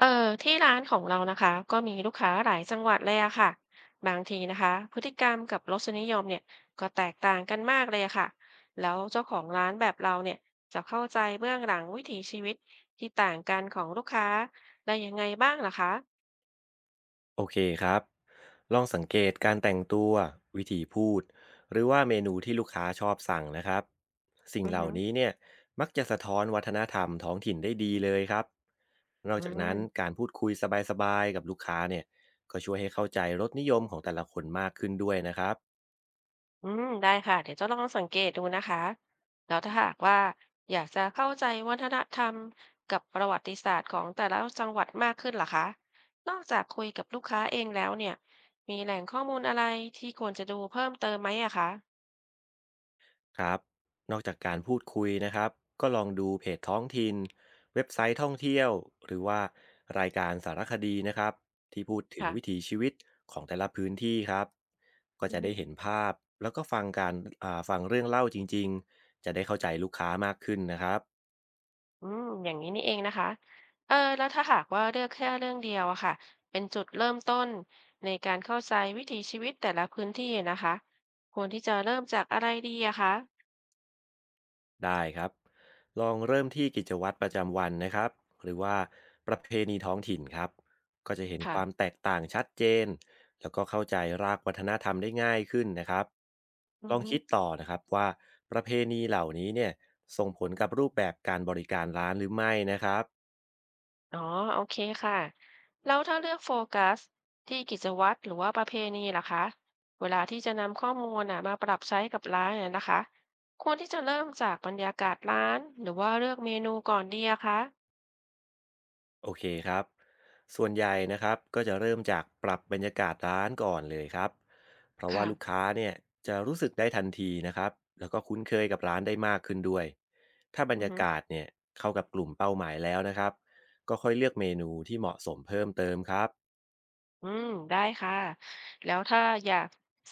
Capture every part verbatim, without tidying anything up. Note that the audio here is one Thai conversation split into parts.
เออที่ร้านของเรานะคะก็มีลูกค้าหลายจังหวัดเลยอะค่ะบางทีนะคะพฤติกรรมกับรสนิยมเนี่ยก็แตกต่างกันมากเลยอะค่ะแล้วเจ้าของร้านแบบเราเนี่ยจะเข้าใจเบื้องหลังวิถีชีวิตที่ต่างกันของลูกค้าได้ยังไงบ้างล่ะคะโอเคครับ ลองสังเกตการแต่งตัววิธีพูดหรือว่าเมนูที่ลูกค้าชอบสั่งนะครับสิ่งอือเหล่าฮึนี้เนี่ยมักจะสะท้อนวัฒนธรรมท้องถิ่นได้ดีเลยครับนอกอืจากนั้นม การพูดคุยสบายๆกับลูกค้าเนี่ยก็ช่วยให้เข้าใจรสนิยมของแต่ละคนมากขึ้นด้วยนะครับ อืมได้ค่ะเดี๋ยวจะลองสังเกตดูนะคะแล้วถ้าหากว่าอยากจะเข้าใจวัฒนธรรมกับประวัติศาสตร์ของแต่ละจังหวัดมากขึ้นล่ะคะนอกจากคุยกับลูกค้าเองแล้วเนี่ยมีแหล่งข้อมูลอะไรที่ควรจะดูเพิ่มเติมไหมอะคะครับนอกจากการพูดคุยนะครับก็ลองดูเพจท้องถิ่นเว็บไซต์ท่องเที่ยวหรือว่ารายการสารคดีนะครับที่พูดถึงวิค่ะถีชีวิตของแต่ละพื้นที่ครับก็อืจะได้มเห็นภาพแล้วก็ฟังการอ่าฟังเรื่องเล่าจริงๆจะได้เข้าใจลูกค้ามากขึ้นนะครับ อืมอย่างนี้นี่เองนะคะเออแล้วถ้าหากว่าเลือกแค่เรื่องเดียวอะค่ะเป็นจุดเริ่มต้นในการเข้าใจวิถีชีวิตแต่ละพื้นที่นะคะควรที่จะเริ่มจากอะไรดีอะคะได้ครับลองเริ่มที่กิจวัตรประจำวันนะครับหรือว่าประเพณีท้องถิ่นครับก็จะเห็นคค่ะวามแตกต่างชัดเจนแล้วก็เข้าใจรากวัฒนธรรมได้ง่ายขึ้นนะครับอืลอองฮึ คิดต่อนะครับว่าประเพณีเหล่านี้เนี่ยส่งผลกับรูปแบบการบริการร้านหรือไม่นะครับ อ๋อโอเคค่ะแล้วถ้าเลือกโฟกัสที่กิจวัตรหรือว่าประเพณีล่ะคะเวลาที่จะนำข้อมูลน่ะมาปรับใช้กับร้านน่ะนะคะควรที่จะเริ่มจากบรรยากาศร้านหรือว่าเลือกเมนูก่อนดีอะคะโอเคครับส่วนใหญ่นะครับก็จะเริ่มจากปรับบรรยากาศร้านก่อนเลยครับ เพราะว่าค่ะลูกค้าเนี่ยจะรู้สึกได้ทันทีนะครับแล้วก็คุ้นเคยกับร้านได้มากขึ้นด้วย ถ้าบรรอือยาฮึกาศเนี่ยเข้ากับกลุ่มเป้าหมายแล้วนะครับก็ค่อยเลือกเมนูที่เหมาะสมเพิ่มเติมครับ อืมได้ค่ะแล้วถ้าอยาก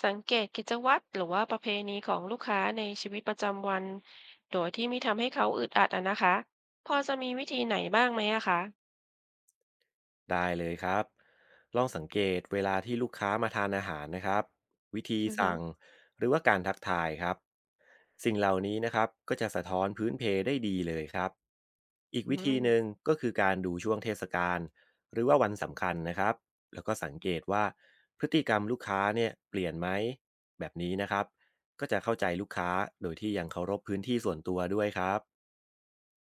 สังเกตกิจวัตรหรือว่าประเพณีของลูกค้าในชีวิตประจำวันโดยที่ไม่ทำให้เขาอึดอัดอะนะคะพอจะมีวิธีไหนบ้างไหมอะคะได้เลยครับลองสังเกตเวลาที่ลูกค้ามาทานอาหารนะครับวิธีอือฮึสั่งหรือว่าการทักทายครับสิ่งเหล่านี้นะครับก็จะสะท้อนพื้นเพได้ดีเลยครับอีกอืวิธีหม นึ่งก็คือการดูช่วงเทศกาลหรือว่าวันสำคัญนะครับแล้วก็สังเกตว่าพฤติกรรมลูกค้าเนี่ยเปลี่ยนไหมแบบนี้นะครับก็จะเข้าใจลูกค้าโดยที่ยังเคารพพื้นที่ส่วนตัวด้วยครับ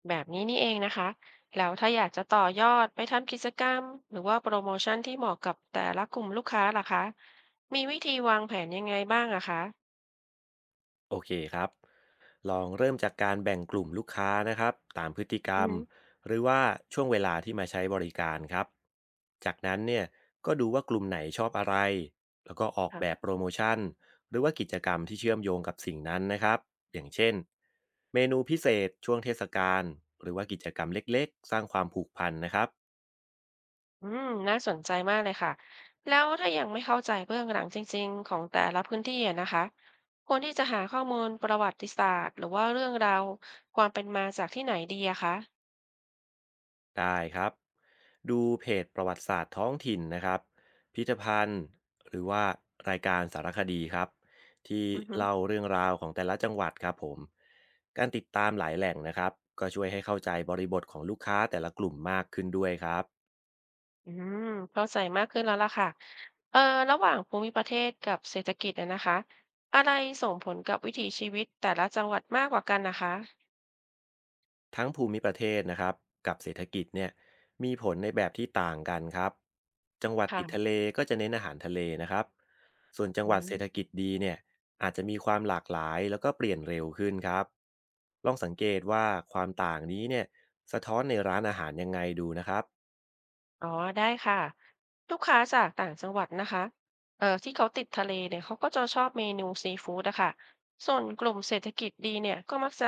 แบบนี้นี่เองนะคะแล้วถ้าอยากจะต่อยอดไปทำกิจกรรมหรือว่าโปรโมชั่นที่เหมาะกับแต่ละกลุ่มลูกค้าล่ะคะมีวิธีวางแผนยังไงบ้างอะคะโอเคครับ ลองเริ่มจากการแบ่งกลุ่มลูกค้านะครับตามพฤติกรอืรม มหรือว่าช่วงเวลาที่มาใช้บริการครับจากนั้นเนี่ยก็ดูว่ากลุ่มไหนชอบอะไร แล้วก็ออกแบบค่ะโปรโมชั่น หรือว่ากิจกรรมที่เชื่อมโยงกับสิ่งนั้นนะครับอย่างเช่น เมนูพิเศษช่วงเทศกาลหรือว่ากิจกรรมเล็กๆ สร้างความผูกพันนะครับ อืมน่าสนใจมากเลยค่ะแล้วถ้ายังไม่เข้าใจเบื้องหลังจริงๆของแต่ละพื้นที่อะนะคะควรที่จะหาข้อมูลประวัติศาสตร์หรือว่าเรื่องราวความเป็นมาจากที่ไหนดีอะคะได้ครับดูเพจประวัติศาสตร์ท้องถิ่นนะครับพิพิธภัณฑ์หรือว่ารายการสารคดีครับที่อือฮึ เล่าเรื่องราวของแต่ละจังหวัดครับผมการติดตามหลายแหล่งนะครับก็ช่วยให้เข้าใจบริบทของลูกค้าแต่ละกลุ่มมากขึ้นด้วยครับอืมเข้าใจมากขึ้นแล้วล่ะค่ะเอ่อระหว่างภูมิประเทศกับเศรษฐกิจอะนะคะอะไรส่งผลกับวิถีชีวิตแต่ละจังหวัดมากกว่ากันนะคะทั้งภูมิประเทศนะครับกับเศรษฐกิจเนี่ยมีผลในแบบที่ต่างกันครับจังหวัดติดทะเลค่ะก็จะเน้นอาหารทะเลนะครับ ส่วนจังอืหวัดเศรษม ฐกิจดีเนี่ยอาจจะมีความหลากหลายแล้วก็เปลี่ยนเร็วขึ้นครับลองสังเกตว่าความต่างนี้เนี่ยสะท้อนในร้านอาหารยังไงดูนะครับอ๋อได้ค่ะลูกค้าจากต่างจังหวัดนะคะเอ่อที่เขาติดทะเลเนี่ยเขาก็จะชอบเมนูซีฟู้ดอะค่ะส่วนกลุ่มเศรษฐกิจดีเนี่ยก็มักจะ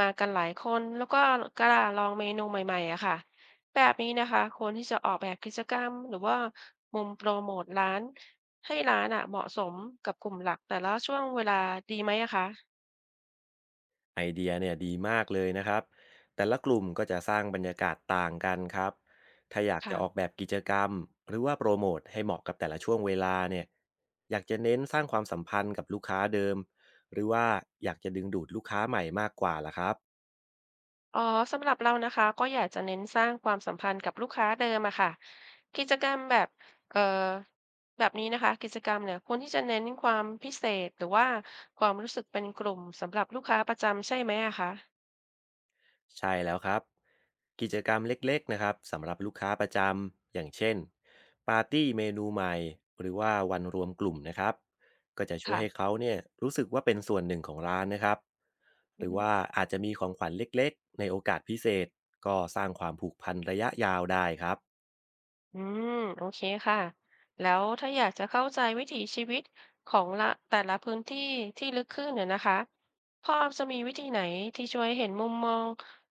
มากันหลายคนแล้วก็กล้าลองเมนูใหม่ๆอะค่ะแบบนี้นะคะคนที่จะออกแบบกิจกรรมหรือว่ามุมโปรโมทร้านให้ร้านอะเหมาะสมกับกลุ่มหลักแต่ละช่วงเวลาดีไหมอะคะไอเดียเนี่ยดีมากเลยนะครับแต่ละกลุ่มก็จะสร้างบรรยากาศต่างกันครับถ้าอยากจะออกแบค่ะ บกิจกรรมหรือว่าโปรโมทให้เหมาะกับแต่ละช่วงเวลาเนี่ยอยากจะเน้นสร้างความสัมพันธ์กับลูกค้าเดิมหรือว่าอยากจะดึงดูดลูกค้าใหม่มากกว่าล่ะครับ อ๋อสำหรับเรานะคะก็อยากจะเน้นสร้างความสัมพันธ์กับลูกค้าเดิมอะค่ะกิจกรรมแบบเอ่อแบบนี้นะคะกิจกรรมเนี่ยควรที่จะเน้นความพิเศษหรือว่าความรู้สึกเป็นกลุ่มสำหรับลูกค้าประจำใช่ไหมอะคะใช่แล้วครับกิจกรรมเล็กๆนะครับสำหรับลูกค้าประจำอย่างเช่นปาร์ตี้เมนูใหม่หรือว่าวันรวมกลุ่มนะครับก็จะช่วยค่ะให้เขาเนี่ยรู้สึกว่าเป็นส่วนหนึ่งของร้านนะครับหอือรือฮึว่าอาจจะมีของขวัญเล็กๆในโอกาสพิเศษก็สร้างความผูกพันระยะยาวได้ครับ อืมโอเคค่ะแล้วถ้าอยากจะเข้าใจวิถีชีวิตของละแต่ละพื้นที่ที่ลึกขึ้นเนี่ยนะคะพอจะมีวิธีไหนที่ช่วยเห็นมุมมอง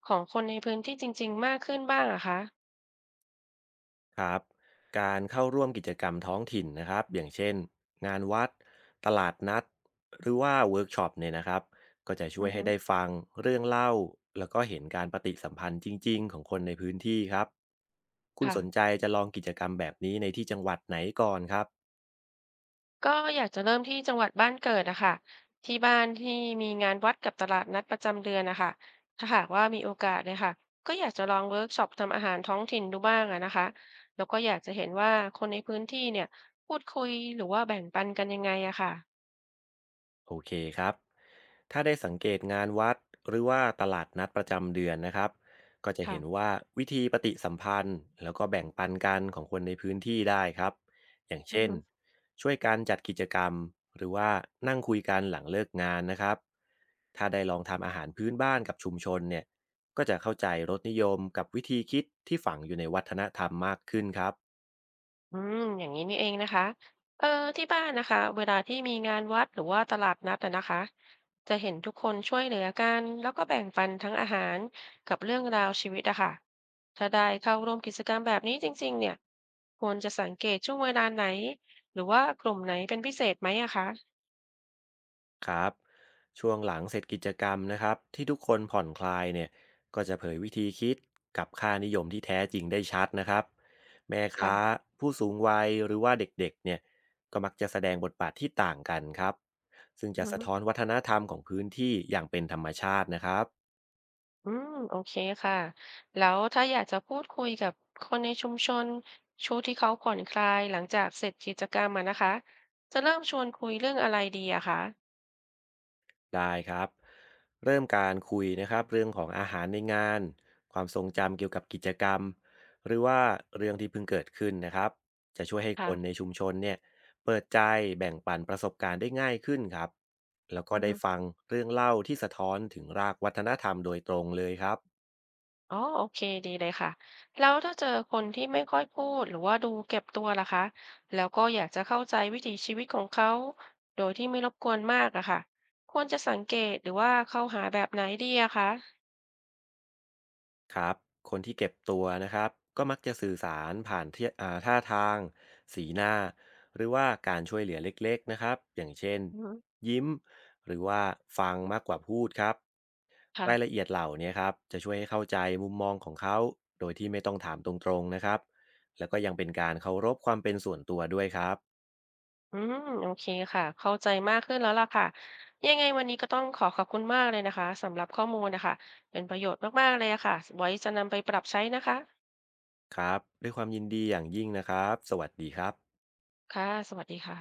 ของคนในพื้นที่จริงๆมากขึ้นบ้างอะคะครับการเข้าร่วมกิจกรรมท้องถิ่นนะครับอย่างเช่นงานวัดตลาดนัดหรือว่าเวิร์กช็อปเนี่ยนะครับก็จะช่วอืยอให้ฮึได้ฟังเรื่องเล่าแล้วก็เห็นการปฏิสัมพันธ์จริงๆของคนในพื้นที่ครับคุณค่ะ สนใจจะลองกิจกรรมแบบนี้ในที่จังหวัดไหนก่อนครับ ก็อยากจะเริ่มที่จังหวัดบ้านเกิดนะคะที่บ้านที่มีงานวัดกับตลาดนัดประจำเดือนนะคะถ้าหากว่ามีโอกาสเนี่ยค่ะก็อยากจะลองเวิร์กช็อปทำอาหารท้องถิ่นดูบ้างอะนะคะแล้วก็อยากจะเห็นว่าคนในพื้นที่เนี่ยพูดคุยหรือว่าแบ่งปันกันยังไงอะค่ะโอเคครับ ถ้าได้สังเกตงานวัดหรือว่าตลาดนัดประจำเดือนนะครับ ก็จะค่ะเห็นว่าวิธีปฏิสัมพันธ์แล้วก็แบ่งปันกันของคนในพื้นที่ได้ครับ อย่างอือเช่นฮึ ช่วยการจัดกิจกรรมหรือว่านั่งคุยกันหลังเลิกงานนะครับถ้าได้ลองทำอาหารพื้นบ้านกับชุมชนเนี่ยก็จะเข้าใจรสนิยมกับวิธีคิดที่ฝังอยู่ในวัฒนธรรมมากขึ้นครับ อืมอย่างนี้นี่เองนะคะ เออที่บ้านนะคะเวลาที่มีงานวัดหรือว่าตลาดนัดอะนะคะจะเห็นทุกคนช่วยเหลือกันแล้วก็แบ่งปันทั้งอาหารกับเรื่องราวชีวิตอะค่ะถ้าได้เข้าร่วมกิจกรรมแบบนี้จริงๆเนี่ยควรจะสังเกตช่วงเวลาไหนหรือว่ากลุ่มไหนเป็นพิเศษไหมอะคะครับช่วงหลังเสร็จกิจกรรมนะครับที่ทุกคนผ่อนคลายเนี่ยก็จะเผยวิธีคิดกับค่านิยมที่แท้จริงได้ชัดนะครับแม่ค้าค่ะ ผู้สูงวัยหรือว่าเด็กๆเนี่ยก็มักจะแสดงบทบาทที่ต่างกันครับซึ่งจะสะท้อนวัฒนธรรมของพื้นที่อย่างเป็นธรรมชาตินะครับ อืมโอเคค่ะแล้วถ้าอยากจะพูดคุยกับคนในชุมชนช่วงที่เขาผ่อนคลายหลังจากเสร็จกิจกรรมมานะคะจะเริ่มชวนคุยเรื่องอะไรดีอะคะได้ครับเริ่มการคุยนะครับเรื่องของอาหารในงานความทรงจำเกี่ยวกับกิจกรรมหรือว่าเรื่องที่เพิ่งเกิดขึ้นนะครับจะช่วยให้คนในค่ะชุมชนเนี่ยเปิดใจแบ่งปันประสบการณ์ได้ง่ายขึ้นครับแล้วก็อือได้ฮึฟังเรื่องเล่าที่สะท้อนถึงรากวัฒนธรรมโดยตรงเลยครับ อ๋อโอเคดีเลยค่ะแล้วถ้าเจอคนที่ไม่ค่อยพูดหรือว่าดูเก็บตัวล่ะคะแล้วก็อยากจะเข้าใจวิถีชีวิตของเขาโดยที่ไม่รบกวนมากอะค่ะควรจะสังเกตหรือว่าเข้าหาแบบไหนดีอะคะครับคนที่เก็บตัวนะครับก็มักจะสื่อสารผ่านเท่อ่าท่าทางสีหน้าหรือว่าการช่วยเหลือเล็กๆนะครับอย่างเช่นอือฮึยิ้มหรือว่าฟังมากกว่าพูดครับค่ะ รายละเอียดเหล่านี้ครับจะช่วยให้เข้าใจมุมมองของเขาโดยที่ไม่ต้องถามตรงๆนะครับแล้วก็ยังเป็นการเคารพความเป็นส่วนตัวด้วยครับอืมโอเคค่ะเข้าใจมากขึ้นแล้วล่ะค่ะยังไงวันนี้ก็ต้องขอขอบคุณมากเลยนะคะสำหรับข้อมูลนะคะเป็นประโยชน์มากๆเลยอะค่ะไว้จะนำไปปรับใช้นะคะครับด้วยความยินดีอย่างยิ่งนะครับสวัสดีครับค่ะสวัสดีค่ะ